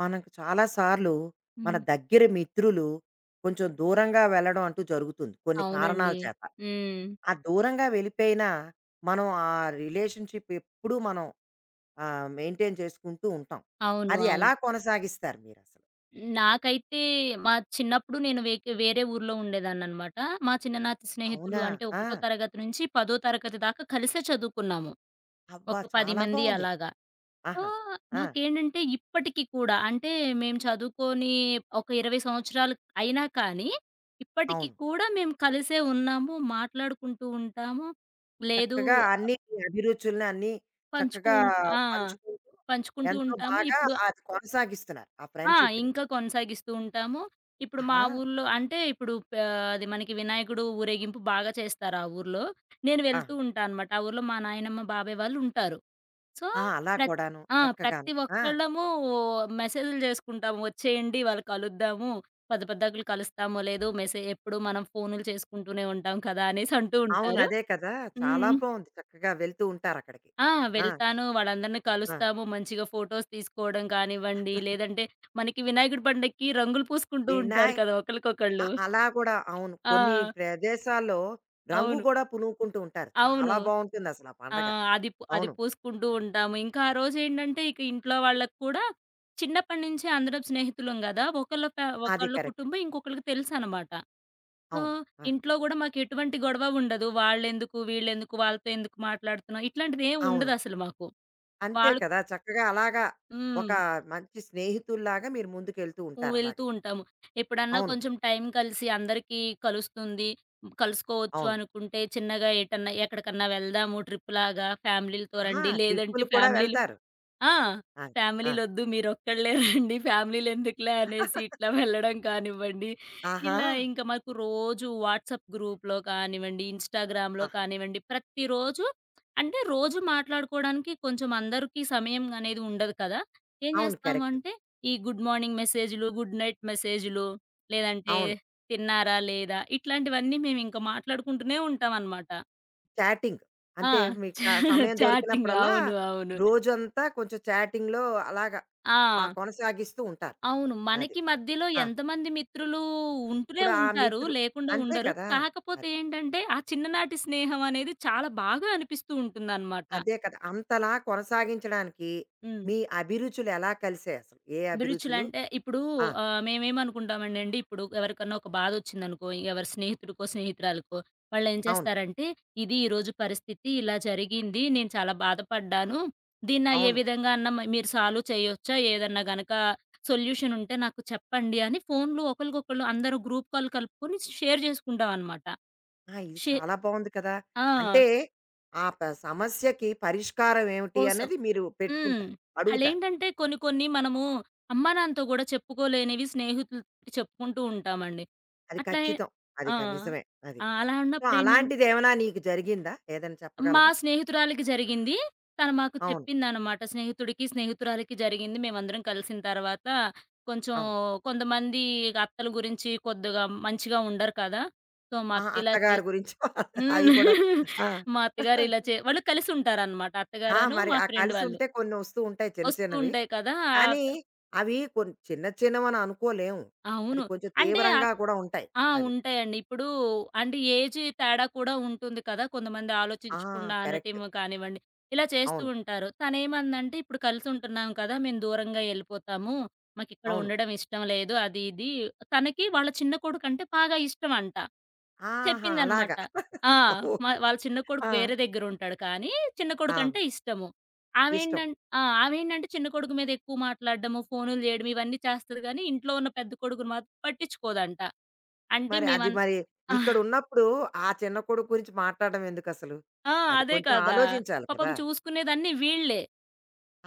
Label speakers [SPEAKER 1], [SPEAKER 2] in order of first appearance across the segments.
[SPEAKER 1] మనకు చాలా సార్లు మన
[SPEAKER 2] హ్మ్.
[SPEAKER 1] దగ్గర మిత్రులు కొంచెం దూరంగా వెళ్ళడం అంటూ జరుగుతుంది కొన్ని కారణాల
[SPEAKER 2] అవునండి.
[SPEAKER 1] చేత.
[SPEAKER 2] హ్మ్.
[SPEAKER 1] ఆ దూరంగా వెళ్ళిపోయినా మనం ఆ రిలేషన్‌షిప్ ఎప్పుడూ మనం మెయింటైన్ చేసుకుంటూ ఉంటాం.
[SPEAKER 2] అవును.
[SPEAKER 1] అది ఎలా
[SPEAKER 2] అవును.
[SPEAKER 1] కొనసాగిస్తారు మీరసలు?
[SPEAKER 2] నాకైతే మా చిన్నప్పుడు నేను వేరే ఊర్లో ఉండేదాన్ననమాట. మా చిన్ననాటి స్నేహితులు
[SPEAKER 1] అవునా?
[SPEAKER 2] అంటే
[SPEAKER 1] ఆ!
[SPEAKER 2] ఒకటో తరగతి నుంచి 10 తరగతి దాకా కలిసే చదువుకున్నాము.
[SPEAKER 1] అబ్బా!
[SPEAKER 2] ఒక 10
[SPEAKER 1] చాలా
[SPEAKER 2] మంది
[SPEAKER 1] బావుంది.
[SPEAKER 2] అలాగా. సో,
[SPEAKER 1] ఆహా! ఆ!
[SPEAKER 2] మాకేంటంటే ఇప్పటికి కూడా అంటే మేము చదువుకొని ఒక 20 సంవత్సరాలు అయినా కానీ, ఇప్పటికి
[SPEAKER 1] అవును.
[SPEAKER 2] కూడా మేము కలిసే ఉన్నాము. మాట్లాడుకుంటూ ఉంటాము. లేదు
[SPEAKER 1] చక్కగా
[SPEAKER 2] ఆహ్,
[SPEAKER 1] అన్నీ అభిరుచుల్ని అన్నీ చక్కగా
[SPEAKER 2] పంచుకుంటూ ఆ!
[SPEAKER 1] పంచుకుంటూ
[SPEAKER 2] పంచుకుంటూ
[SPEAKER 1] ఎంతో
[SPEAKER 2] ఉంటాము.
[SPEAKER 1] బాగా
[SPEAKER 2] ఇప్పుడు
[SPEAKER 1] అది కొనసాగిస్తున్నారు ఆ
[SPEAKER 2] ఆ!
[SPEAKER 1] ఫ్రెండ్‌షిప్‌ని.
[SPEAKER 2] ఇంకా కొనసాగిస్తూ ఉంటాము. ఇప్పుడు మా
[SPEAKER 1] ఆహా!
[SPEAKER 2] ఊర్లో అంటే ఇప్పుడు అది మనకి వినాయకుడు ఊరేగింపు బాగా చేస్తారు ఆ ఊర్లో. నేను
[SPEAKER 1] ఆ!
[SPEAKER 2] వెళ్తూ ఉంటా అనమాట. ఆ ఊర్లో మా నాయనమ్మ, బాబాయ్ వాళ్ళు ఉంటారు. సో,
[SPEAKER 1] ఆ! అలా
[SPEAKER 2] ప్రత్
[SPEAKER 1] కూడాను.
[SPEAKER 2] ఆ!
[SPEAKER 1] చక్కగాను.
[SPEAKER 2] ప్రతి
[SPEAKER 1] ఆ!
[SPEAKER 2] ఒక్కళ్ళము మెసేజ్‌లు చేసుకుంటాము. వచ్చేయండి ఇవాళ కలుద్దాము. పెద్ద పెద్దాకులు కలుస్తామో లేదో ఎప్పుడు మనం ఫోనులు చేసుకుంటూనే ఉంటాం కదా! అనేసి అంటూ
[SPEAKER 1] అవును.
[SPEAKER 2] ఉంటారు.
[SPEAKER 1] అదే కదా! చాలా
[SPEAKER 2] హ్మ్.
[SPEAKER 1] బావుంది. చక్కగా వెళ్తూ ఉంటారక్కడికి.
[SPEAKER 2] ఆ!
[SPEAKER 1] ఆ!
[SPEAKER 2] వెళ్తాను. వాళ్ళందరిని
[SPEAKER 1] ఆ!
[SPEAKER 2] కలుస్తాము. మంచిగా ఫోటోస్ తీసుకోవడం కానివ్వండి, లేదంటే మనకి వినాయకుడి పండక్కి రంగులు పూసుకుంటూ ఉంటారు
[SPEAKER 1] వినాయక్
[SPEAKER 2] కదా!
[SPEAKER 1] ఆ!
[SPEAKER 2] ఒకళ్ళకొకళ్ళు.
[SPEAKER 1] అలా కూడా అవును. కొన్ని
[SPEAKER 2] ఆ!
[SPEAKER 1] ప్రదేశాల్లో రంగు
[SPEAKER 2] అవును.
[SPEAKER 1] గూడా పూనుకుంటూ ఉంటారు.
[SPEAKER 2] అవును.
[SPEAKER 1] చాలా బావుంటుందసల ఆ
[SPEAKER 2] ఆ!
[SPEAKER 1] పండగ.
[SPEAKER 2] అది
[SPEAKER 1] అవును.
[SPEAKER 2] పూసుకుంటూ ఉంటాము. ఇంకా ఆ రోజేంటంటే ఇక ఇంట్లో వాళ్ళకి కూడా చిన్నప్పటి నుంచే అందరం స్నేహితులం గదా! ఒకళ్ళ
[SPEAKER 1] అది
[SPEAKER 2] ఒకళ్ళ
[SPEAKER 1] కరెక్ట్.
[SPEAKER 2] కుటుంబం ఇంకొకళ్ళకి తెలుసనమాట. సో,
[SPEAKER 1] అవును. ఆహా!
[SPEAKER 2] ఇంట్లో గూడా మాకెటువంటి గొడవ ఉండదు. వాళ్ళెందుకు, వీళ్ళెందుకు, వాళ్ళతో ఎందుకు మాట్లాడుతున్నావు, ఇట్లాంటిదేం
[SPEAKER 1] అవును.
[SPEAKER 2] ఉండదసలు మాకు.
[SPEAKER 1] అంతే
[SPEAKER 2] వాళ్ళు
[SPEAKER 1] కదా! చక్కగా అలాగా ఒక
[SPEAKER 2] హ్మ్.
[SPEAKER 1] మంచి స్నేహితుల్లాగా మీరు ముందుకెళ్తూ
[SPEAKER 2] హ్మ్.
[SPEAKER 1] ఉంటారు
[SPEAKER 2] వెళ్తూ
[SPEAKER 1] అలాగా.
[SPEAKER 2] ఉంటాము. ఎప్పుడన్నా
[SPEAKER 1] అవును.
[SPEAKER 2] కొంచెం టైం కలిసి అందరికీ కలుస్తుంది. కలుసుకోవచ్చు
[SPEAKER 1] అవును.
[SPEAKER 2] అనుకుంటే చిన్నగా ఎటన్నా ఎక్కడికన్నా వెళ్దాము ట్రిప్‌లాగా ఫ్యామిలీలతో
[SPEAKER 1] ఆహా!
[SPEAKER 2] రండి. లేదంటే
[SPEAKER 1] ట్రిప్పులు కూడా
[SPEAKER 2] ఫ్యామిలీలు
[SPEAKER 1] వెళ్తారు.
[SPEAKER 2] ఆ!
[SPEAKER 1] ఆ! ఆ!
[SPEAKER 2] ఫ్యామిలీలొద్దు మీరొక్కళ్ళే రండి. ఫ్యామిలీలెందుకులే అనేసి ఇట్లా వెళ్ళడం కానివ్వండి.
[SPEAKER 1] ఆహా!
[SPEAKER 2] ఇలా ఇంక మాకు రోజు వాట్సాప్ గ్రూప్‌లో కానివ్వండి, ఇన్‌స్టాగ్రామ్‌లో
[SPEAKER 1] ఆహా!
[SPEAKER 2] కానివ్వండి ప్రతిరోజు అంటే రోజు మాట్లాడుకోవడానికి కొంచెం అందరికీ సమయం అనేది ఉండదు కదా! ఏం
[SPEAKER 1] అవును.
[SPEAKER 2] చేస్తాము
[SPEAKER 1] కరెక్ట్.
[SPEAKER 2] అంటే ఈ గుడ్ మార్నింగ్ మెసేజులు, గుడ్ నైట్ మెసేజులు లేదంటే
[SPEAKER 1] అవును.
[SPEAKER 2] తిన్నారా లేదా ఇట్లాంటివన్నీ మేమింక మాట్లాడుకుంటూనే ఉంటామనమాట.
[SPEAKER 1] చాటింగ్.
[SPEAKER 2] ఆ!
[SPEAKER 1] అంటే మీకు ఆ సమయం
[SPEAKER 2] చాటింగ్
[SPEAKER 1] దొరికినప్పుడల్లా
[SPEAKER 2] అవును. అవును.
[SPEAKER 1] రోజంతా కొంచెం చాటింగ్‌లో అలాగా ఆ!
[SPEAKER 2] ఆ!
[SPEAKER 1] కొనసాగిస్తూ ఉంటారు.
[SPEAKER 2] అవును.
[SPEAKER 1] అది.
[SPEAKER 2] మనకి మధ్యలో
[SPEAKER 1] ఆ!
[SPEAKER 2] ఎంతమంది మిత్రులు ఉంటూనే
[SPEAKER 1] ఇప్పుడు ఆ
[SPEAKER 2] ఉంటారు. లేకుండా
[SPEAKER 1] అంతే
[SPEAKER 2] ఉండరు.
[SPEAKER 1] కదా!
[SPEAKER 2] కాకపోతే
[SPEAKER 1] అది.
[SPEAKER 2] ఏంటంటే, ఆ చిన్ననాటి స్నేహం అనేది చాలా బాగా అనిపిస్తూ ఉంటుందనమాట.
[SPEAKER 1] అదే కదా! అంతలా కొనసాగించడానికి
[SPEAKER 2] హ్మ్.
[SPEAKER 1] మీ అభిరుచులు ఎలా కలిసాయి అసలు? ఏ అభిరుచులు?
[SPEAKER 2] అభిరుచులంటే ఇప్పుడు
[SPEAKER 1] ఆ!
[SPEAKER 2] మేమేమనుకుంటామండి ఇప్పుడు ఎవరికన్నా ఒక బాధొచ్చిందనుకో, ఎవరి స్నేహితుడికో, స్నేహితురాలికో వాళ్ళేం
[SPEAKER 1] అవును.
[SPEAKER 2] చేస్తారంటే, "ఇది ఈరోజు పరిస్థితి, ఇలా జరిగింది. నేను చాలా బాధపడ్డాను. దీన్న ఏ
[SPEAKER 1] అవును.
[SPEAKER 2] విధంగా అన్నా మీరు సాల్వ్ చేయొచ్చా? ఏదన్నా గనక సొల్యూషనుంటే నాకు చెప్పండి" అని ఫోన్‌లో ఒకళ్ళకొకళ్ళు అందరూ గ్రూప్ కాల్ కలుపుకొని షేర్ చేసుకుంటామనమాట.
[SPEAKER 1] ఆ! ఇది
[SPEAKER 2] షే
[SPEAKER 1] చాలా బావుంది కదా!
[SPEAKER 2] ఆ!
[SPEAKER 1] అంటే ఆ సమస్యకి పరిష్కారం ఏమిటి
[SPEAKER 2] కోసం.
[SPEAKER 1] అనేది మీరు
[SPEAKER 2] హ్మ్.
[SPEAKER 1] పెట్టుకుంటారు. అడుగుతారు.
[SPEAKER 2] ఆళ్ళేంటంటే కొన్ని కొన్ని మనము అమ్మానాన్నతో గూడా చెప్పుకోలేనివి స్నేహితులకి చెప్పుకుంటూ ఉంటామండి.
[SPEAKER 1] అది
[SPEAKER 2] అట్లా ఏ
[SPEAKER 1] ఖచ్చితం. అది
[SPEAKER 2] ఆ!
[SPEAKER 1] నిజమే. అది.
[SPEAKER 2] ఆ! అలా
[SPEAKER 1] సో,
[SPEAKER 2] ఉన్నప్పుడేంటంటే
[SPEAKER 1] అలాంటిదేమైనా నీకు జరిగిందా? ఏదైనా
[SPEAKER 2] మా
[SPEAKER 1] చెప్పగలవా?
[SPEAKER 2] స్నేహితురాలికి జరిగింది. తను మాకు
[SPEAKER 1] అవును.
[SPEAKER 2] చెప్పిందనమాట. స్నేహితుడికి, స్నేహితురాలికి జరిగింది. మేమందరం కలిసిన తర్వాత కొంచెం
[SPEAKER 1] అవును.
[SPEAKER 2] కొంతమంది అత్తల గురించి కొద్దిగా మంచిగా ఉండరు కదా! సో, మా
[SPEAKER 1] ఆ!
[SPEAKER 2] అత్త ఇలా
[SPEAKER 1] అత్తగారి
[SPEAKER 2] చేసి
[SPEAKER 1] గురించి అవి
[SPEAKER 2] హ్మ్.
[SPEAKER 1] కూడా. ఆ!
[SPEAKER 2] మా అత్తగారు ఇలా వాళ్ళు కలిసుంటారనమాట.
[SPEAKER 1] ఆ!
[SPEAKER 2] అత్తగారను,
[SPEAKER 1] మరి
[SPEAKER 2] మా
[SPEAKER 1] ఆ
[SPEAKER 2] ఫ్రెండ్ వాళ్ళు.
[SPEAKER 1] కలిసుంటే కొన్ని వస్తూ ఉంటాయి చిన్న
[SPEAKER 2] వస్తూ
[SPEAKER 1] చిన్నవి.
[SPEAKER 2] ఉంటాయి కదా!
[SPEAKER 1] కానీ అవి కొన్ని చిన్న చిన్నవని అనుకోలేము. అది
[SPEAKER 2] అవును.
[SPEAKER 1] కొంచెం
[SPEAKER 2] అంటే
[SPEAKER 1] తీవ్రంగా కూడా ఉంటాయి
[SPEAKER 2] ఆ!
[SPEAKER 1] అవి.
[SPEAKER 2] ఉంటాయండి. ఇప్పుడు అంటే ఏజ్ తేడా కూడా ఉంటుంది కదా! కొంతమంది
[SPEAKER 1] ఆ!
[SPEAKER 2] ఆలోచించకుండా
[SPEAKER 1] కరెక్ట్.
[SPEAKER 2] అనటం కానివ్వండి, ఇలా చేస్తూ
[SPEAKER 1] అవును.
[SPEAKER 2] ఉంటారు. తనేమందంటే, "ఇప్పుడు కలిసుంటున్నాం కదా! మేము దూరంగా ఎళ్ళిపోతాము. మాకిక్కడ
[SPEAKER 1] అవును.
[SPEAKER 2] ఉండడం ఇష్టం లేదు." అది ఇది తనకి వాళ్ళ చిన్న కొడుకంటే బాగా ఇష్టమంట.
[SPEAKER 1] ఆహా!
[SPEAKER 2] చెప్పిందనమాట.
[SPEAKER 1] అలాగా.
[SPEAKER 2] ఆ!
[SPEAKER 1] ఓకే.
[SPEAKER 2] వాళ్ళ చిన్న కొడుకు
[SPEAKER 1] ఆ!
[SPEAKER 2] వేరే దగ్గరుంటాడు కానీ, చిన్న
[SPEAKER 1] అవును.
[SPEAKER 2] కొడుకంటే ఇష్టము.
[SPEAKER 1] ఇష్టం.
[SPEAKER 2] ఆమేంటం ఆ! ఆమేంటంటే చిన్న కొడుకు మీద ఎక్కువ మాట్లాడడము, ఫోనులు జేయడం ఇవన్నీ చేస్తది గానీ, ఇంట్లో ఉన్న పెద్ద కొడుకుని మాత్రం పట్టించుకోదంట. అంటే
[SPEAKER 1] మరి అది
[SPEAKER 2] మేమన్
[SPEAKER 1] మరి
[SPEAKER 2] ఆ!
[SPEAKER 1] ఇక్కడున్నప్పుడు ఆ చిన్న కొడుకు గురించి మాట్లాడడం ఎందుకసలు?
[SPEAKER 2] ఆ!
[SPEAKER 1] అది
[SPEAKER 2] అదే
[SPEAKER 1] కొంచెం
[SPEAKER 2] కదా!
[SPEAKER 1] ఆలోచించాలి
[SPEAKER 2] పాపం
[SPEAKER 1] కదా!
[SPEAKER 2] చూసుకునేదన్నీ వీళ్ళే.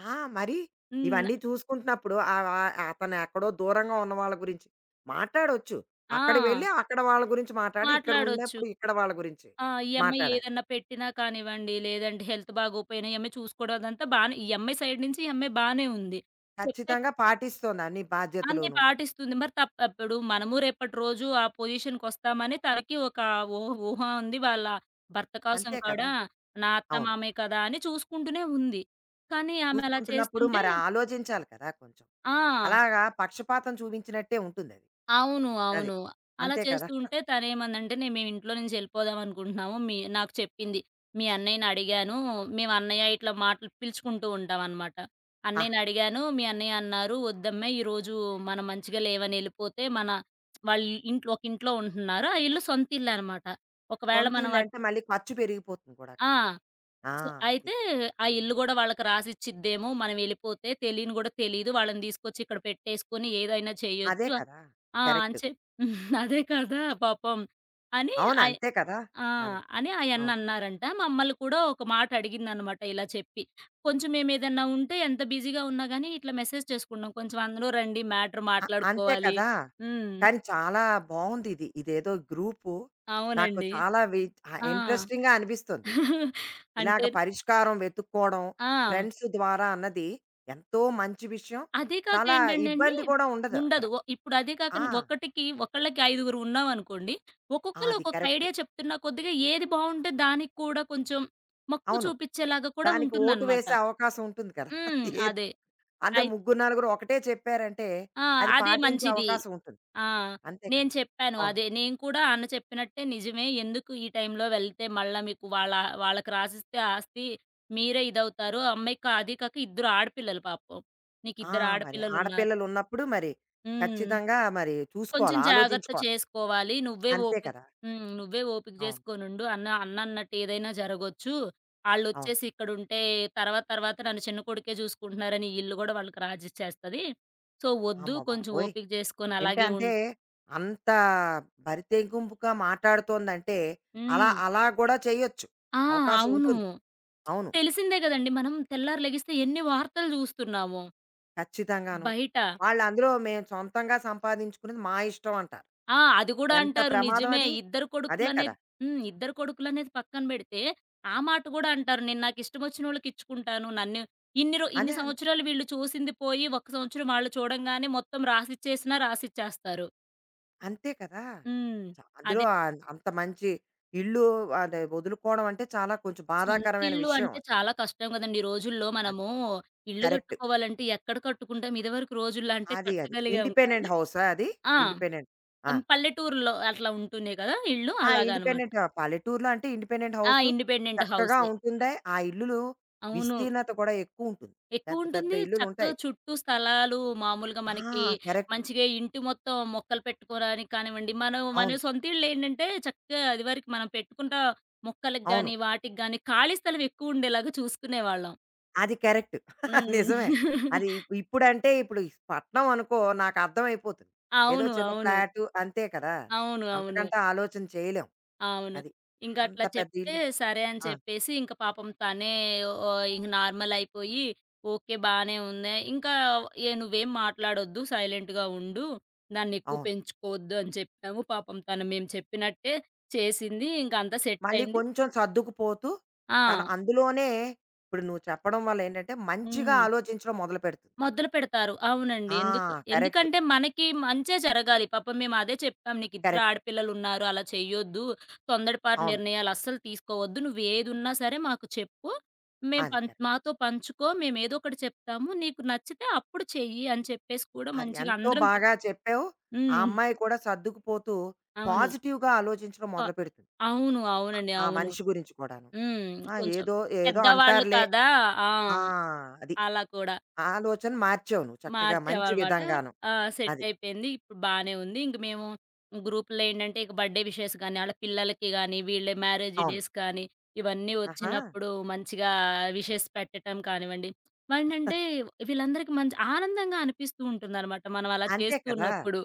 [SPEAKER 1] ఆ! మరి
[SPEAKER 2] హ్మ్.
[SPEAKER 1] ఇవన్నీ చూసుకుంటున్నప్పుడు ఆహ్, ఆహ్, అతను ఎక్కడో దూరంగా ఉన్న వాళ్ళ గురించి మాట్లాడొచ్చు.
[SPEAKER 2] ఆ!
[SPEAKER 1] అక్కడికి వెళ్ళి అక్కడ వాళ్ళ గురించి మాట్లాడి, ఇక్కడ
[SPEAKER 2] మాట్లాడొచ్చు.
[SPEAKER 1] ఉన్నప్పుడు ఇక్కడ వాళ్ళ గురించి
[SPEAKER 2] ఆ! ఈ అమ్మాయి
[SPEAKER 1] మాట్లాడాలి.
[SPEAKER 2] ఏదన్నా పెట్టినా కానివ్వండి, లేదంటే హెల్త్ బాగోపోయినా ఈ అమ్మాయి చూసుకోవడం అదంతా బానే ఈ అమ్మాయి సైడ్ నుంచి ఈ అమ్మాయి బానే ఉంది. చెప్తే
[SPEAKER 1] ఖచ్చితంగా పాటిస్తోంది అన్ని
[SPEAKER 2] అన్నీ
[SPEAKER 1] బాధ్యతలును.
[SPEAKER 2] పాటిస్తుంది. మరి ఇప్పుడు మనము రేపటి రోజు ఆ పొజిషన్‌కొస్తామని తనకి ఒక ఊహ ఊహ ఉంది. వాళ్ళ భర్త కోసం
[SPEAKER 1] అంతే కదా!
[SPEAKER 2] కూడా నా అత్త,
[SPEAKER 1] అవును.
[SPEAKER 2] మామయ్య కదా! అని చూసుకుంటూనే ఉంది. కానీ ఆమె అలా
[SPEAKER 1] చూసుకుంటున్నప్పుడు
[SPEAKER 2] చేస్తుంటే
[SPEAKER 1] మరి ఆలోచించాలి కదా కొంచెం.
[SPEAKER 2] ఆ!
[SPEAKER 1] అలాగా పక్షపాతం చూపించినట్టే ఉంటుందది.
[SPEAKER 2] అవును.
[SPEAKER 1] అది.
[SPEAKER 2] అవును. అలా
[SPEAKER 1] అంతే కదా!
[SPEAKER 2] చేస్తూ ఉంటే తనేమనంటే, మేమింట్లో నుంచి వెళ్ళిపోదాం అనుకుంటున్నాము." నాకు చెప్పింది. "మీ అన్నయ్యనడిగాను" మేము అన్నయ్య ఇట్లా మాటలు పిలుచుకుంటూ ఉంటామనమాట.
[SPEAKER 1] ఆహా!
[SPEAKER 2] "అన్నయ్యనడిగాను, మీ అన్నయ్య అన్నారు, 'వద్దమ్మాయి ఈరోజు మనం మంచిగా లేవని ఎళ్ళిపోతే, మన వాళ్ళ ఇంట్లో ఒక ఇంట్లో ఉంటున్నారు." ఆ ఇల్లు సొంత ఇల్లనమాట. ఒకవేళ మనం అట్
[SPEAKER 1] సొంతిల్లంటే మళ్ళీ ఖర్చు పెరిగిపోతుంది కూడా
[SPEAKER 2] ఆ!
[SPEAKER 1] కదా! ఆ!
[SPEAKER 2] సో,
[SPEAKER 1] అది.
[SPEAKER 2] అయితే ఆ ఇల్లు గూడా వాళ్ళకి రాసిచ్చిద్దేమో, మనం ఎళ్ళిపోతే తెలియని గూడా తెలీదు. వాళ్ళని తీసుకొచ్చి ఇక్కడ పెట్టేసుకొని ఏదైనా
[SPEAKER 1] అదే
[SPEAKER 2] చేయొచ్చు.
[SPEAKER 1] కదా!
[SPEAKER 2] ఆ! అని
[SPEAKER 1] కరెక్ట్.
[SPEAKER 2] చెప్ అదే కదా! పాపం అని
[SPEAKER 1] అవును.
[SPEAKER 2] అయ్
[SPEAKER 1] అంతే కదా!
[SPEAKER 2] ఆ!
[SPEAKER 1] అది.
[SPEAKER 2] అని
[SPEAKER 1] అవును.
[SPEAKER 2] ఆయన్నన్నారంట. మమ్మల్ని కూడా ఒక మాట అడిగిందనమాట ఇలా చెప్పి. కొంచెం మేమేదన్నా ఉంటే ఎంత బిజీగా ఉన్నా గాని ఇట్లా మెసేజ్ చేసుకున్నాం. కొంచెం అందరూ రండి మ్యాటర్
[SPEAKER 1] అంతే
[SPEAKER 2] మాట్లాడుకోవాలి.
[SPEAKER 1] కదా!
[SPEAKER 2] హ్మ్.
[SPEAKER 1] కానీ చాలా బావుందిది. ఇదేదో గ్రూపు నాకు
[SPEAKER 2] అవునండి.
[SPEAKER 1] చాలా
[SPEAKER 2] ఆ!
[SPEAKER 1] ఇంట్రెస్టింగ్‌గా అనిపిస్తుంది. ఇది
[SPEAKER 2] అంటే
[SPEAKER 1] ఇలాగ పరిష్కారం వెతుక్కోవడం,
[SPEAKER 2] ఆ!
[SPEAKER 1] ఫ్రెండ్స్ ద్వారా అన్నది ఎంతో మంచి విషయం.
[SPEAKER 2] అదే కాక
[SPEAKER 1] చాలా
[SPEAKER 2] ఏంటండండి
[SPEAKER 1] ఇబ్బంది కూడా ఉండదు అక్కడ.
[SPEAKER 2] ఉండదు. ఇప్పుడు అదే కాక
[SPEAKER 1] ఆ!
[SPEAKER 2] ఒకటికి ఒకళ్ళకి ఐదుగురు ఉన్నామనుకోండి.
[SPEAKER 1] ఆ,
[SPEAKER 2] ఒక్కొక్కళ్ళు
[SPEAKER 1] అది
[SPEAKER 2] ఒక్కొక్క
[SPEAKER 1] కరెక్ట్.
[SPEAKER 2] ఐడియా చెప్తున్న కొద్దిగా ఏది బావుంటే దానికి కూడా కొంచెం మక్కువ
[SPEAKER 1] అవును.
[SPEAKER 2] చూపిచ్చేలాగా కూడా
[SPEAKER 1] దానికి ఓటు
[SPEAKER 2] ఉంటుందనమాట.
[SPEAKER 1] వేసే అవకాశం ఉంటుంది కదా!
[SPEAKER 2] హ్మ్.
[SPEAKER 1] ఏదో
[SPEAKER 2] అదే.
[SPEAKER 1] అందరూ
[SPEAKER 2] అయి
[SPEAKER 1] ముగ్గురు, నలుగురు ఒకటే చెప్పారంటే
[SPEAKER 2] ఆ!
[SPEAKER 1] అది
[SPEAKER 2] అదే
[SPEAKER 1] పాటించే
[SPEAKER 2] మంచిది.
[SPEAKER 1] అవకాశం ఉంటుంది.
[SPEAKER 2] ఆ!
[SPEAKER 1] అంతే
[SPEAKER 2] నేను
[SPEAKER 1] కదా!
[SPEAKER 2] చెప్పాను
[SPEAKER 1] అవును.
[SPEAKER 2] అదే. నేను కూడా అన్న చెప్పినట్టే నిజమే. ఎందుకు ఈ టైంలో వెళ్తే మళ్ళా మీకు వాళ్ళ వాళ్ళకి రాసిస్తే ఆస్తి మీరే ఇదవుతారు. అమ్మాయికి అదీ కాక ఇద్దరు ఆడపిల్లలు పాపం.
[SPEAKER 1] ఆ!
[SPEAKER 2] నీకిద్దరు
[SPEAKER 1] మరి
[SPEAKER 2] ఆడపిల్లలున్నారు.
[SPEAKER 1] ఆడపిల్లలు ఉన్నప్పుడు మరి
[SPEAKER 2] హ్మ్.
[SPEAKER 1] ఖచ్చితంగా మరి
[SPEAKER 2] కొంచెం
[SPEAKER 1] చూసుకోవాలి.
[SPEAKER 2] జాగ్రత్త
[SPEAKER 1] ఆలోచించుకోవాలి.
[SPEAKER 2] చేసుకోవాలి. నువ్వే
[SPEAKER 1] అంతే
[SPEAKER 2] ఓపిక
[SPEAKER 1] కదా!
[SPEAKER 2] హ్మ్. నువ్వే ఓపిక
[SPEAKER 1] అవును.
[SPEAKER 2] జేసుకోనుండు. అన్న అన్నన్నట్టు ఏదైనా జరగొచ్చు.
[SPEAKER 1] అవును.
[SPEAKER 2] ఆళ్ళొచ్చేసి ఇక్కడుంటే తర్వాత తర్వాత నన్ను చిన్న కొడుకే జూసుకుంటున్నారని ఈళ్ళు గూడా వాళ్ళకి రాజిచ్చేస్తది. సో, వద్దు
[SPEAKER 1] అమ్మ
[SPEAKER 2] కొంచెం
[SPEAKER 1] బాబోయ్!
[SPEAKER 2] ఓపిక జేసుకొని
[SPEAKER 1] ఏంటే
[SPEAKER 2] అలాగే ఉం
[SPEAKER 1] అంటే అంత బరితెగింపుగా మాట్లాడుతోందంటే అలా
[SPEAKER 2] హ్మ్.
[SPEAKER 1] అలా కూడా చేయొచ్చు.
[SPEAKER 2] ఆ!
[SPEAKER 1] అవకాశం
[SPEAKER 2] అవును.
[SPEAKER 1] ఉంటుంది. అవును.
[SPEAKER 2] తెలిసిందే గదండీ! మనం తెల్లారి లెగిస్తే ఎన్ని వార్తలు జూస్తున్నామో
[SPEAKER 1] ఖచ్చితంగాను.
[SPEAKER 2] బయట.
[SPEAKER 1] వాళ్ళు అందులో మేము సొంతంగా సంపాదించుకున్నది మా ఇష్టం అంటారు.
[SPEAKER 2] ఆ! అది గూడా
[SPEAKER 1] ఎంత
[SPEAKER 2] అంటారు.
[SPEAKER 1] ప్రమాదం
[SPEAKER 2] నిజమే.
[SPEAKER 1] అది.
[SPEAKER 2] ఇద్దరు
[SPEAKER 1] అదే కదా!
[SPEAKER 2] కొడుకులనేది హ్మ్. ఇద్దరు కొడుకులనేది పక్కన బెడితే, ఆ మాట గూడా అంటారు. నేను నాకిష్టమొచ్చినోళ్ళకి ఇచ్చుకుంటాను. నన్ను ఇన్ని
[SPEAKER 1] అదే.
[SPEAKER 2] సంవత్సరాలు వీళ్ళు చూసింది పోయి, ఒక సంవత్సరం వాళ్ళు చూడంగానే మొత్తం రాసిచ్చేస్తారు.
[SPEAKER 1] అంతే కదా!
[SPEAKER 2] హ్మ్.
[SPEAKER 1] అందులో
[SPEAKER 2] అదే
[SPEAKER 1] అంత మంచి ఇల్లు అది వదులుకోవడం అంటే చాలా కొంచెం
[SPEAKER 2] సొంత
[SPEAKER 1] బాధాకరమైన
[SPEAKER 2] ఇల్లు
[SPEAKER 1] విషయం
[SPEAKER 2] అంటే
[SPEAKER 1] అది.
[SPEAKER 2] చాలా కష్టం గదండీ! ఈ రోజుల్లో
[SPEAKER 1] అది
[SPEAKER 2] మనము ఇల్లు
[SPEAKER 1] కరెక్ట్.
[SPEAKER 2] గట్టుకోవాలంటే ఎక్కడ కట్టుకుంటాం? ఇదివరకు రోజుల్లో అంటే
[SPEAKER 1] అది అది.
[SPEAKER 2] కట్టగలిగాం కానీ
[SPEAKER 1] ఇండిపెండెంట్ హౌసా అది?
[SPEAKER 2] ఆ!
[SPEAKER 1] ఇండిపెండెంట్. ఆ!
[SPEAKER 2] హ్మ్. పల్లెటూరులో అట్లా ఉంటున్నాయి కదా! ఇళ్ళు
[SPEAKER 1] ఆ!
[SPEAKER 2] అలాగనమాట.
[SPEAKER 1] ఇండిపెండెంట్ పల్లెటూరులో అంటే ఇండిపెండెంట్
[SPEAKER 2] ఆ!
[SPEAKER 1] హౌసు
[SPEAKER 2] ఇండిపెండెంట్
[SPEAKER 1] చక్కగా
[SPEAKER 2] హౌసే.
[SPEAKER 1] ఉంటుందే. ఆ ఇల్లులు
[SPEAKER 2] అవును.
[SPEAKER 1] విస్తీర్ణత కూడా ఎక్కువుంటుంది. పెద్ద పెద్ద
[SPEAKER 2] ఎక్కువుంటుంది. చక్కగా
[SPEAKER 1] ఇల్లులుంటాయి.
[SPEAKER 2] చుట్టూ స్థలాలు మామూలుగా
[SPEAKER 1] ఆ!
[SPEAKER 2] మనకి
[SPEAKER 1] కరెక్ట్.
[SPEAKER 2] మంచిగా ఇంటి మొత్తం మొక్కలు పెట్టుకోడానికి కానివ్వండి, మనం మన
[SPEAKER 1] అవును.
[SPEAKER 2] సొంతిళ్ళేంటంటే చక్కగా ఇదివరకు మనం మొక్కలకి
[SPEAKER 1] అవును.
[SPEAKER 2] గాని, వాటికి గాని ఖాళీ స్థలం ఎక్కువుండేలాగా చూసుకునేవాళ్ళం.
[SPEAKER 1] అది కరెక్ట్. నిజమే.
[SPEAKER 2] హ్మ్.
[SPEAKER 1] అది ఇప్పుడంటే ఇప్పుడు ఈ పట్నం అనుకో నాకు అర్థమైపోతుంది. ఏదో
[SPEAKER 2] అవును.
[SPEAKER 1] చిన్న
[SPEAKER 2] అవును.
[SPEAKER 1] ఫ్లాటు అంతే కదా!
[SPEAKER 2] అవును. అవును.
[SPEAKER 1] అంతకంటే ఆలోచన చేయలేం.
[SPEAKER 2] అవును.
[SPEAKER 1] అది.
[SPEAKER 2] ఇంక
[SPEAKER 1] అంత
[SPEAKER 2] అట్లా
[SPEAKER 1] పెద్ద
[SPEAKER 2] చెప్తే
[SPEAKER 1] ఇల్లు.
[SPEAKER 2] సరే అని
[SPEAKER 1] ఆ!
[SPEAKER 2] చెప్పేసి ఇంక పాపం తనే ఓ ఇంక నార్మల్ అయిపోయి ఓకే బానే ఉంది. ఇంకా ఏ నువ్వేం మాట్లాడొద్దు సైలెంట్‌గా ఉండు. దాన్నెక్కువ
[SPEAKER 1] అవును.
[SPEAKER 2] పెంచుకోవద్దు అని చెప్పాము. పాపం తను మేము చెప్పినట్టే చేసింది. ఇంక అంతా సెట్
[SPEAKER 1] మళ్ళీ
[SPEAKER 2] అయింది.
[SPEAKER 1] కొంచెం సర్దుకుపోతూ తను
[SPEAKER 2] ఆ!
[SPEAKER 1] అందులోనే ఇప్పుడు నువ్వు చెప్పడం వల్ల ఏంటంటే మంచిగా
[SPEAKER 2] హ్మ్.
[SPEAKER 1] ఆలోచించడం మొదలుపెడుతుంది.
[SPEAKER 2] మొదలు పెడతారు. అవునండి.
[SPEAKER 1] ఆ! కరెక్ట్.
[SPEAKER 2] ఎందుకంటే మనకి మంచే జరగాలి. పాపం మేము అదే చెప్పాం. "నీకు ఇద్దరు
[SPEAKER 1] కరెక్ట్.
[SPEAKER 2] ఆడపిల్లలున్నారు. అలా చెయ్యొద్దు. తొందరపాటు
[SPEAKER 1] అవును.
[SPEAKER 2] నిర్ణయాలు అస్సలు తీసుకోవద్దు. నువ్వేదున్నా సరే మాకు చెప్పు. మేము
[SPEAKER 1] అది
[SPEAKER 2] పం
[SPEAKER 1] కరెక్ట్.
[SPEAKER 2] మాతో పంచుకో. మేమేదో ఒకటి చెప్తాము. నీకు నచ్చితే అప్పుడు చెయ్యి" అని చెప్పేసి కూడా
[SPEAKER 1] అది
[SPEAKER 2] మంచిగా
[SPEAKER 1] ఎంతో
[SPEAKER 2] అందరం
[SPEAKER 1] బాగా చెప్పావు. ఆ
[SPEAKER 2] హ్మ్.
[SPEAKER 1] అమ్మాయి కూడా సర్దుకుపోతూ
[SPEAKER 2] అవును.
[SPEAKER 1] పాజిటివ్‌గా ఆలోచించడం
[SPEAKER 2] ప
[SPEAKER 1] మొదలుపెడుతుంది.
[SPEAKER 2] అవును.
[SPEAKER 1] ఆ
[SPEAKER 2] అవునండి.
[SPEAKER 1] ఆ
[SPEAKER 2] అవును.
[SPEAKER 1] మనిషి గురించి కూడాను.
[SPEAKER 2] హ్మ్.
[SPEAKER 1] ఆ!
[SPEAKER 2] కొంచెం
[SPEAKER 1] ఏదో, ఏదో
[SPEAKER 2] పెద్దవాళ్ళు
[SPEAKER 1] అంటారులే.
[SPEAKER 2] కదా! ఆ!
[SPEAKER 1] ఆ! అది.
[SPEAKER 2] అలా కూడా.
[SPEAKER 1] ఆ ఆలోచన మార్చావు నువ్వు చక్కగా మంచి
[SPEAKER 2] మార్చామనమాట.
[SPEAKER 1] విధంగాను.
[SPEAKER 2] ఆ!
[SPEAKER 1] అది.
[SPEAKER 2] సెట్టయిపోయింది. ఇప్పుడు బానే ఉంది. ఇంక మేము గ్రూప్‌లో ఏంటంటే, ఇక బర్త్‌డే విషెస్ గానీ, ఆళ్ళ పిల్లలకి గానీ, వీళ్ళ మ్యారేజ్
[SPEAKER 1] అవును.
[SPEAKER 2] డేస్ కానీ, ఇవన్నీ
[SPEAKER 1] ఆహా!
[SPEAKER 2] వచ్చినప్పుడు మంచిగా విషెస్ పెట్టటం కానివ్వండి, ఏంటంటే వీళ్ళందరికీ మంచి ఆనందంగా అనిపిస్తూ ఉంటుందనమాట. మనం అలా
[SPEAKER 1] అంతే
[SPEAKER 2] చేస్తూ
[SPEAKER 1] కదా!
[SPEAKER 2] ఉన్నప్పుడు.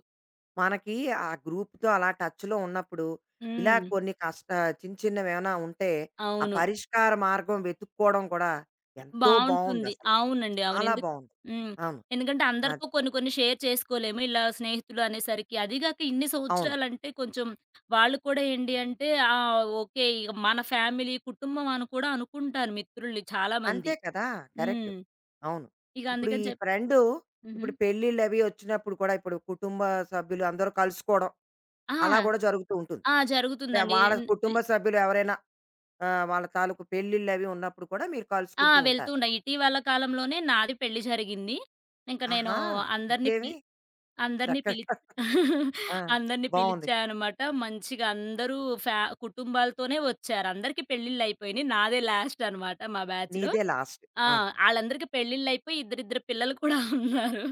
[SPEAKER 1] మనకి ఆ గ్రూప్‌తో అలా టచ్‌లో ఉన్నప్పుడు, ఇలా
[SPEAKER 2] హ్మ్.
[SPEAKER 1] కొన్ని కష్ట చిన్న చిన్నవేమైనా ఉంటే, ఆ
[SPEAKER 2] అవును.
[SPEAKER 1] పరిష్కార మార్గం వెతుక్కోవడం కూడా ఎంతో
[SPEAKER 2] బావుంటుంది.
[SPEAKER 1] బావుందసలు.
[SPEAKER 2] అవునండి. అవును.
[SPEAKER 1] చాలా బావుంది.
[SPEAKER 2] హ్మ్.
[SPEAKER 1] అవును.
[SPEAKER 2] ఎందుకంటే అందరితో
[SPEAKER 1] అది.
[SPEAKER 2] కొన్ని కొన్ని షేర్ చేసుకోలేము. ఇలా స్నేహితులు అనేసరికి. అదీగాక ఇన్ని
[SPEAKER 1] అవును.
[SPEAKER 2] సంవత్సరాలంటే కొంచెం వాళ్ళు కూడా ఏంటి అంటే ఓకే. ఇగ మన ఫ్యామిలీ, కుటుంబం అని కూడా అనుకుంటారు మిత్రుల్ని చాలా మంది.
[SPEAKER 1] అంతే కదా! కరెక్ట్.
[SPEAKER 2] హ్మ్.
[SPEAKER 1] అవును.
[SPEAKER 2] ఇక
[SPEAKER 1] ఇప్పుడు
[SPEAKER 2] అందుకని
[SPEAKER 1] ఈ
[SPEAKER 2] చెప్పి
[SPEAKER 1] ఫ్రెండు
[SPEAKER 2] హుహు.
[SPEAKER 1] ఇప్పుడు పెళ్ళిళ్ళవి వచ్చినప్పుడు కూడా ఇప్పుడు కుటుంబ సభ్యులు అందరూ కలుసుకోవడం
[SPEAKER 2] ఆ!
[SPEAKER 1] అలా కూడా జరుగుతూ ఉంటుంది.
[SPEAKER 2] ఆ!
[SPEAKER 1] అంటే
[SPEAKER 2] జరుగుతుందండి.
[SPEAKER 1] వాళ్ళ కుటుంబ సభ్యులు ఎవరైనా వాళ్ళ తాలూకు పెళ్ళిళ్ళు అవి ఉన్నప్పుడు కూడా మీరు
[SPEAKER 2] ఆ!
[SPEAKER 1] కలుసుకుంటూ
[SPEAKER 2] వెళ్తూ
[SPEAKER 1] ఉంటారు.
[SPEAKER 2] ఉండ. ఇటీవల కాలంలోనే నాది పెళ్లి జరిగింది. ఇంక నేను
[SPEAKER 1] ఆహా!
[SPEAKER 2] అందరిని పిల్
[SPEAKER 1] ఇంకేమి
[SPEAKER 2] అందరిని పిలి
[SPEAKER 1] చక్కగా ఆ!
[SPEAKER 2] అందరిని
[SPEAKER 1] బావుంది.
[SPEAKER 2] పిలిచానమాట. మంచిగా అందరూ కుటుంబాలతోనే వచ్చారు. అందరికి పెళ్ళిళ్ళయిపోయినియి. నాదే లాస్ట్ అనమాట మా బ్యాచ్‌లో.
[SPEAKER 1] నీదే లాస్ట్.
[SPEAKER 2] ఆ!
[SPEAKER 1] ఆహా!
[SPEAKER 2] ఆళ్ళందరికి పెళ్ళిళ్ళయిపోయి ఇద్దరిద్దరు పిల్లలు కూడా ఉన్నారు.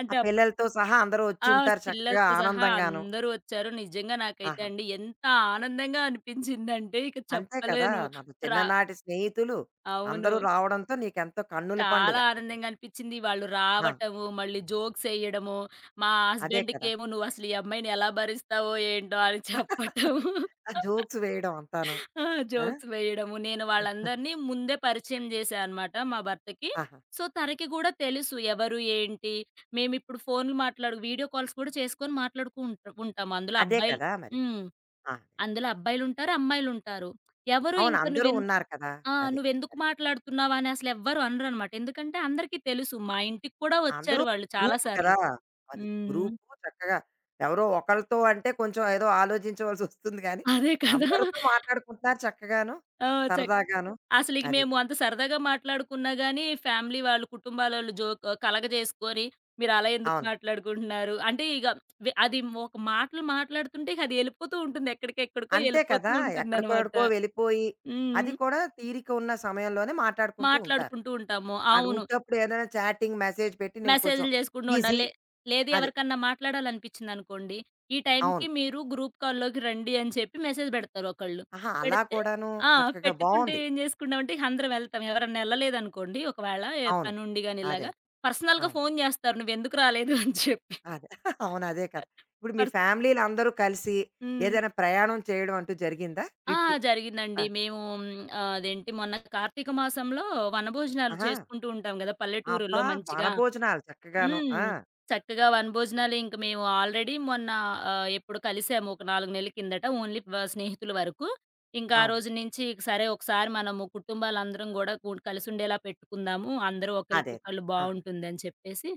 [SPEAKER 2] అంటే
[SPEAKER 1] ఆ
[SPEAKER 2] అప్పట్
[SPEAKER 1] పిల్లలతో సహా అందరూ
[SPEAKER 2] ఆ!
[SPEAKER 1] వచ్చుంటారు చక్కగా
[SPEAKER 2] పిల్లలతో సహా
[SPEAKER 1] ఆనందంగాను.
[SPEAKER 2] అందరూ వచ్చారు. నిజంగా నాకైతే
[SPEAKER 1] ఆహా!
[SPEAKER 2] అండి ఎంత ఆనందంగా అనిపించిందంటే ఇక
[SPEAKER 1] అంతే కదా!
[SPEAKER 2] చెప్పలేను.
[SPEAKER 1] మన
[SPEAKER 2] రా
[SPEAKER 1] చిన్ననాటి స్నేహితులు
[SPEAKER 2] అవును.
[SPEAKER 1] అందరూ రావడంతో నీకెంతో కన్నుల
[SPEAKER 2] చాలా
[SPEAKER 1] పండుగ. అక్కడ.
[SPEAKER 2] ఆనందంగా అనిపిచ్చింది. వాళ్ళు
[SPEAKER 1] ఆ!
[SPEAKER 2] రావటము, మళ్ళీ జోక్సేయడము, మా
[SPEAKER 1] అదే కదా!
[SPEAKER 2] హస్బెండ్‌కేమో "నువ్వసలు ఈ అమ్మాయిని ఎలా భరిస్తావో ఏంటో" అని చెప్పటము.
[SPEAKER 1] ఆ జోక్స్ వేయడం అంతాను.
[SPEAKER 2] ఆ!
[SPEAKER 1] ఆ!
[SPEAKER 2] జోక్స్ వేయడము. నేను వాళ్ళందరినీ ముందే పరిచయం జేశా అనమాట మా భర్తకి.
[SPEAKER 1] ఆహా!
[SPEAKER 2] సో, తనకి గూడా తెలుసు ఎవరు, ఏంటి, మేమిప్పుడు ఫోన్‌లు మాట్లాడు వీడియో కాల్స్ కూడా చేసుకొని మాట్లాడుకు ఉంట్ ఉంటాము. అందులో
[SPEAKER 1] అదే
[SPEAKER 2] అబ్బాయిలు
[SPEAKER 1] కదా మరి.
[SPEAKER 2] హ్మ్.
[SPEAKER 1] ఆ!
[SPEAKER 2] అందులో అబ్బాయిలుంటారు, అమ్మాయిలుంటారు. ఎవరు
[SPEAKER 1] అవును.
[SPEAKER 2] ఇంక
[SPEAKER 1] అందరూ
[SPEAKER 2] నువ్వెన్
[SPEAKER 1] ఉన్నారు కదా!
[SPEAKER 2] ఆ!
[SPEAKER 1] అది.
[SPEAKER 2] "నువ్వెందుకు మాట్లాడుతున్నావా?" అని అసలెవ్వరు అనరనమాట. ఎందుకంటే అందరికీ తెలుసు. మా ఇంటికి కూడా
[SPEAKER 1] అందరూ
[SPEAKER 2] వచ్చారు వాళ్ళు చాలా
[SPEAKER 1] గ్రూపు
[SPEAKER 2] సార్లు.
[SPEAKER 1] కదా! అది.
[SPEAKER 2] హ్మ్.
[SPEAKER 1] గ్రూపు చక్కగా ఎవరో ఒకళ్ళతో అంటే కొంచెం ఏదో ఆలోచించవలసొస్తుంది గానీ,
[SPEAKER 2] అదే కదా!
[SPEAKER 1] అందరితో మాట్లాడుకుంటున్నారు చక్కగాను,
[SPEAKER 2] ఆ! చక్
[SPEAKER 1] సరదాగాను.
[SPEAKER 2] అసలిక
[SPEAKER 1] అది.
[SPEAKER 2] మేము అంత సరదాగా మాట్లాడుకున్నా గానీ, ఫ్యామిలీ వాళ్ళు, కుటుంబాలోళ్ళు జోక్ కలగజేసుకొని, "మీరలా ఎందుకు
[SPEAKER 1] అవును.
[SPEAKER 2] మాట్లాడుకుంటున్నారు?" అంటే ఇగ వె అది ఒక మాటలు మాట్లాడుతుంటే ఇక అది ఎళ్ళిపోతూ ఉంటుంది. ఎక్కడికెక్కడికో
[SPEAKER 1] అంతే
[SPEAKER 2] ఎళ్ళిపోతూ
[SPEAKER 1] కదా! ఎక్కడికో
[SPEAKER 2] ఉంటుందనమాట.
[SPEAKER 1] ఎక్కడికో వెళ్ళిపోయి,
[SPEAKER 2] హ్మ్.
[SPEAKER 1] అది కూడా తీరిక ఉన్న సమయంలోనే మాట్లాడుకుంటూ ఉంటారు.
[SPEAKER 2] మాట్లాడుకుంటూ ఉంటాము.
[SPEAKER 1] అది
[SPEAKER 2] అవును.
[SPEAKER 1] ఉట్టప్పుడు ఏదైనా చాటింగ్ మెసేజ్ పెట్టి నేను కొంచెం
[SPEAKER 2] మెసేజ్‌లు చేసుకుంటూ
[SPEAKER 1] బిజీ
[SPEAKER 2] ఉండాలి. లేదు
[SPEAKER 1] అది.
[SPEAKER 2] ఎవరికన్నా మాట్లాడాలనిపించిందనుకోండి, ఈ టైంకి
[SPEAKER 1] అవును.
[SPEAKER 2] మీరు గ్రూప్ కాల్‌లోకి రండి అని చెప్పి మెసేజ్ పెడతారు ఒకళ్ళు.
[SPEAKER 1] ఆహా! అలా
[SPEAKER 2] పెడితే
[SPEAKER 1] కూడాను
[SPEAKER 2] ఆ!
[SPEAKER 1] చక్కగా
[SPEAKER 2] పెట్టుకుంటే
[SPEAKER 1] బావుంది.
[SPEAKER 2] ఏం చేసుకుంటామంటే అందరం వెళ్తాం. ఎవరన్నా ఎళ్ళలేదనుకోండి ఒకవేళ ఏ
[SPEAKER 1] అవును.
[SPEAKER 2] పనుండి గాని
[SPEAKER 1] అదే.
[SPEAKER 2] ఇలాగా, పర్సనల్‌గా
[SPEAKER 1] అవును.
[SPEAKER 2] ఫోన్ చేస్తారు నువ్వెందుకు రాలేదు అని చెప్పి.
[SPEAKER 1] అదే. అవును. అదే కదా! ఇప్పుడు మీ
[SPEAKER 2] పర్స్
[SPEAKER 1] ఫ్యామిలీలో అందరూ కలిసి
[SPEAKER 2] హ్మ్.
[SPEAKER 1] ఏదైనా ప్రయాణం చేయడం అంటూ జరిగిందా?
[SPEAKER 2] ఆ!
[SPEAKER 1] ట్రిప్పు. ఆ!
[SPEAKER 2] జరిగిందండి. మేము అదేంటి మొన్న కార్తీక మాసంలో వనభోజనాలు
[SPEAKER 1] ఆహా!
[SPEAKER 2] చేసుకుంటూ ఉంటాం గదా! పల్లెటూరుల్లో
[SPEAKER 1] అబ్బా!
[SPEAKER 2] మంచిగా.
[SPEAKER 1] వనభోజనాలు చక్కగాను.
[SPEAKER 2] హ్మ్.
[SPEAKER 1] ఆ!
[SPEAKER 2] చక్కగా వనభోజనాలు ఇంక మేము ఆల్రెడీ మొన్న ఎప్పుడు కలిసాము ఒక 4 నెలల కిందట. ఓన్లీ వ స్నేహితుల వరకు. ఇంకా ఆ
[SPEAKER 1] అవును.
[SPEAKER 2] రోజు నుంచి ఇక సరే ఒకసారి మనము కుటుంబాలందరం గూడా కలిసుండేలా పెట్టుకుందాము. అందరూ
[SPEAKER 1] అదే.
[SPEAKER 2] ఒకళ్ళకొకళ్ళు
[SPEAKER 1] ఆహా!
[SPEAKER 2] బావుంటుందని చెప్పేసి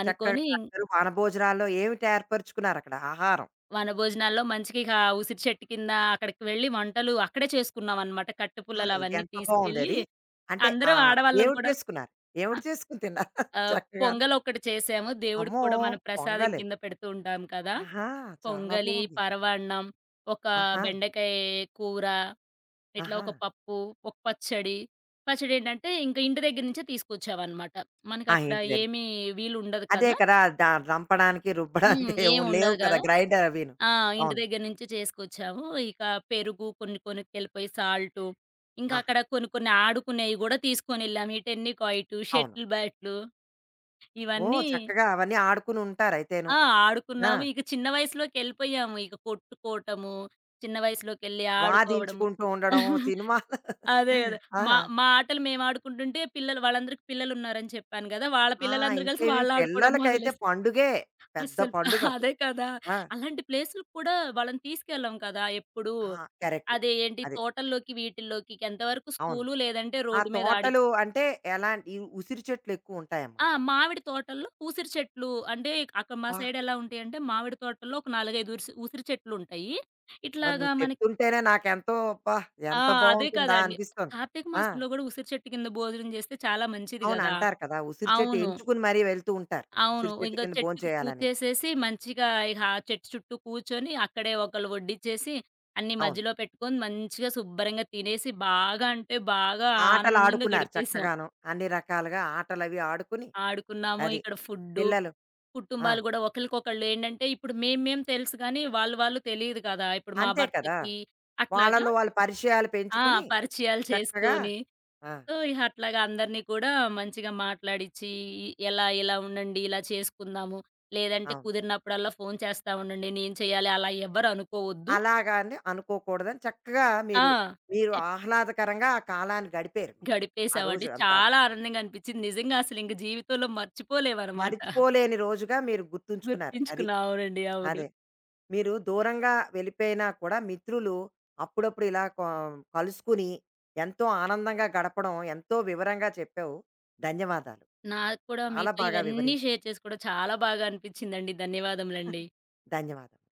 [SPEAKER 2] అనుకోని
[SPEAKER 1] చక్కగా అందరూ వనభోజనాల్లో ఏమిటి ఏర్పరుచుకున్నారక్కడ ఆహారం?
[SPEAKER 2] వనభోజనాల్లో మంచిగా ఇక ఆ ఉసిరి చెట్టు కింద అక్కడికి వెళ్ళి వంటలు అక్కడే చేసుకున్నామనమాట. కట్టె
[SPEAKER 1] ఆ!
[SPEAKER 2] పుల్లలు
[SPEAKER 1] ఇది
[SPEAKER 2] అవన్నీ
[SPEAKER 1] ఎంత
[SPEAKER 2] తీసుకెళ్ళి
[SPEAKER 1] బావుందది. అంటే
[SPEAKER 2] అందరం ఆడవాళ్ళం
[SPEAKER 1] ఏవిటి
[SPEAKER 2] కూడా
[SPEAKER 1] చేసుకున్నారు? ఏవిటి
[SPEAKER 2] ఆహ్,
[SPEAKER 1] చేసుకొని తిన్నారు
[SPEAKER 2] ఆహ్,
[SPEAKER 1] చక్కగా?
[SPEAKER 2] పొంగలొకటి చేసాము. దేవుడికి
[SPEAKER 1] అమ్మో!
[SPEAKER 2] కూడా మనం ప్రసాదం
[SPEAKER 1] పొంగలి.
[SPEAKER 2] కింద పెడుతూ ఉంటాం కదా!
[SPEAKER 1] ఆహా! చాలా
[SPEAKER 2] పొంగలి,
[SPEAKER 1] బావుంది.
[SPEAKER 2] పరవాన్నం, ఒక
[SPEAKER 1] ఆహా!
[SPEAKER 2] బెండకాయ కూర, ఇట్లా
[SPEAKER 1] ఆహా!
[SPEAKER 2] ఒక పప్పు, ఒక పచ్చడి. పచ్చడేంటంటే, ఇంక ఇంటి దగ్గర నుంచే తీసుకొచ్చావనమాట.
[SPEAKER 1] ఆ!
[SPEAKER 2] మనకక్కడ
[SPEAKER 1] ఏంటిదది?
[SPEAKER 2] ఏమీ వీలుండదు
[SPEAKER 1] అదే
[SPEAKER 2] కదా!
[SPEAKER 1] కదా! దంపడానికి,
[SPEAKER 2] హ్మ్.
[SPEAKER 1] రుబ్బడానికి ఏమి
[SPEAKER 2] ఏముండదు
[SPEAKER 1] లేవు కదా!
[SPEAKER 2] గదా!
[SPEAKER 1] గ్రైండర్ అవిను.
[SPEAKER 2] ఆ! ఇంటి
[SPEAKER 1] అవును.
[SPEAKER 2] దగ్గర నుంచి చేసుకొచ్చాము. ఇక పెరుగు కొన్ని కొనుక్కెళ్ళిపోయి, సాల్టు, ఇంకా
[SPEAKER 1] ఆహా!
[SPEAKER 2] అక్కడ కొన్ని కొన్ని ఆడుకునేయి గూడా తీసుకొనెళ్ళాము. ఈ టెన్నికాయిటు,
[SPEAKER 1] అవును.
[SPEAKER 2] షటిల్ బ్యాట్లు
[SPEAKER 1] ఓహ్!
[SPEAKER 2] ఇవన్నీ
[SPEAKER 1] చక్కగా అవన్నీ ఆడుకుని ఉంటారైతేను.
[SPEAKER 2] ఆ!
[SPEAKER 1] ఆ!
[SPEAKER 2] ఆడుకున్నాము. ఇక చిన్న వయసులోకెళ్ళిపోయాము. ఇక కొట్టుకోవటము, చిన్న వయసులోకెళ్ళి ఆడుకోవడము.
[SPEAKER 1] వాదించుకుంటూ ఉండడం సినిమాలు
[SPEAKER 2] అదే గదా!
[SPEAKER 1] ఆ!
[SPEAKER 2] మా మా ఆటలు మేము ఆడుకుంటుంటే పిల్లలు వాళ్ళందరికి పిల్లలున్నారని చెప్పాను గదా! వాళ్ళ
[SPEAKER 1] ఆ!
[SPEAKER 2] పిల్లలందరూ కలిసి
[SPEAKER 1] ఇంకేమి
[SPEAKER 2] వాళ్ళాడుకోవడం
[SPEAKER 1] పిల్లలకైతే
[SPEAKER 2] మొదలేసి
[SPEAKER 1] పండుగే. పెద్ద
[SPEAKER 2] అస్సలు అదే
[SPEAKER 1] పండుగప్పుడు.
[SPEAKER 2] కదా!
[SPEAKER 1] ఆ!
[SPEAKER 2] అలాంటి ప్లేసులకి కూడా వాళ్ళని తీసుకెళ్ళం కదా! ఎప్పుడు.
[SPEAKER 1] ఆ! కరెక్ట్.
[SPEAKER 2] అదే ఏంటి
[SPEAKER 1] అది.
[SPEAKER 2] తోటల్లోకి, వీటిల్లోకి ఎంతవరకు
[SPEAKER 1] అవును.
[SPEAKER 2] స్కూలు లేదంటే
[SPEAKER 1] ఆ
[SPEAKER 2] రోడ్డు మీద
[SPEAKER 1] తోటలు
[SPEAKER 2] ఆడిచ్చేవాళ్ళు.
[SPEAKER 1] అంటే ఎలాంటి ఈ ఉసిరి
[SPEAKER 2] ఆ!
[SPEAKER 1] చెట్లెక్కువుంటాయన్నమాట.
[SPEAKER 2] మామిడి తోటల్లో ఉసిరి చెట్లు అంటే అక్కడ మా
[SPEAKER 1] అబ్బా!
[SPEAKER 2] సైడ్ ఎలా ఉంటాయంటే మామిడి తోటల్లో ఒక 4, 5 ఉసిరి చెట్లుంటాయి. ఇట్లాగా
[SPEAKER 1] నువ్వు
[SPEAKER 2] మనకి
[SPEAKER 1] చెప్తుంటేనే నాకెంతో అబ్బా!
[SPEAKER 2] ఆ!
[SPEAKER 1] ఎంత
[SPEAKER 2] అదే
[SPEAKER 1] బావుంటుందా
[SPEAKER 2] కదండీ.
[SPEAKER 1] అనిపిస్తోంది.
[SPEAKER 2] కార్తీక
[SPEAKER 1] ఆ!
[SPEAKER 2] మాసంలో గూడా ఉసిరి చెట్టు కింద భోజనం చేస్తే చాలా మంచిది
[SPEAKER 1] అవును.
[SPEAKER 2] గదా!
[SPEAKER 1] అంటారు కదా! ఉసిరి చెట్టు
[SPEAKER 2] అవును.
[SPEAKER 1] ఎంచుకుని మరీ వెళ్తూ ఉంటారు.
[SPEAKER 2] అవును.
[SPEAKER 1] ఉసిరి చెట్టు
[SPEAKER 2] ఇంక
[SPEAKER 1] కింద
[SPEAKER 2] చెట్టుకి పూజ
[SPEAKER 1] భోంచేయాలని.
[SPEAKER 2] చేసేసి మంచిగా ఇక ఆ చెట్టు చుట్టూ కూర్చొని అక్కడే ఒకళ్ళు వడ్డిచ్చేసి అన్నీ
[SPEAKER 1] అవును.
[SPEAKER 2] మధ్యలో పెట్టుకొని మంచిగా శుభ్రంగా తినేసి బాగా ఆనందంగా
[SPEAKER 1] ఆటలాడుకున్నారు
[SPEAKER 2] గడిపేసాం.
[SPEAKER 1] చక్కగాను. అన్ని రకాలుగా ఆటలవి ఆడుకుని
[SPEAKER 2] ఆడుకున్నాము.
[SPEAKER 1] అది.
[SPEAKER 2] ఇక్కడ ఫుడ్డు
[SPEAKER 1] పిల్లలు ఆ!
[SPEAKER 2] కుటుంబాలు గూడా ఒకళ్ళకొకళ్ళు ఏంటంటే, ఇప్పుడు మేము మేము తెలుసు గానీ, వాళ్ళు వాళ్ళు తెలీదు కదా! ఇప్పుడు మా
[SPEAKER 1] అంతే కదా!
[SPEAKER 2] భర్తకి అట్లాగా
[SPEAKER 1] వాళ్ళలో వాళ్ళు పరిచయాలు
[SPEAKER 2] ఆ!
[SPEAKER 1] పెంచుకుని
[SPEAKER 2] పరిచయాలు
[SPEAKER 1] చక్కగా
[SPEAKER 2] చేసుకొని,
[SPEAKER 1] ఆ!
[SPEAKER 2] సో, ఇహ అట్లాగా అందరిని కూడా మంచిగా మాట్లాడిచ్చి, ఎలా ఇలా ఉండండి, ఇలా చేసుకుందాము. లేదంటే
[SPEAKER 1] అవును.
[SPEAKER 2] కుదిరినప్పుడల్లా ఫోను చేస్తా ఉండండి. నేను చేయాలి అలా ఎవ్వరు అనుకోవద్దు.
[SPEAKER 1] అలాగా అని అనుకోకూడదని చక్కగా
[SPEAKER 2] ఆ!
[SPEAKER 1] మీరు, మీరు
[SPEAKER 2] చెప్
[SPEAKER 1] ఆహ్లాదకరంగా ఆ కాలాన్ని గడిపారు మీరు. ఆ
[SPEAKER 2] గడిపేసామండి.
[SPEAKER 1] రోజు అంతాను.
[SPEAKER 2] చాలా ఆనందంగా అనిపిచ్చింది. నిజంగా అసలు ఇంక జీవితంలో మర్చిపోలేమనమాట.
[SPEAKER 1] మరిచిపోలేని రోజుగా మీరు గుర్తుంచుకున్నారు. అది.
[SPEAKER 2] గుర్తించుకున్నా. అవునండి. అవును.
[SPEAKER 1] అదే. మీరు దూరంగా వెళ్ళిపోయినా కూడా మిత్రులు అప్పుడప్పుడు ఇలా కలుసుకుని ఎంతో ఆనందంగా గడపడం ఎంతో వివరంగా చెప్పావు. ధన్యవాదాలు.
[SPEAKER 2] నాకు కూడా
[SPEAKER 1] చాలా
[SPEAKER 2] మీతో
[SPEAKER 1] బాగా
[SPEAKER 2] ఇవన్నీ
[SPEAKER 1] వివరించావు.
[SPEAKER 2] షేర్ చేసుకోవడం చాలా బాగా అనిపించిందండి. ధన్యవాదములండి.
[SPEAKER 1] ధన్యవాదాలు.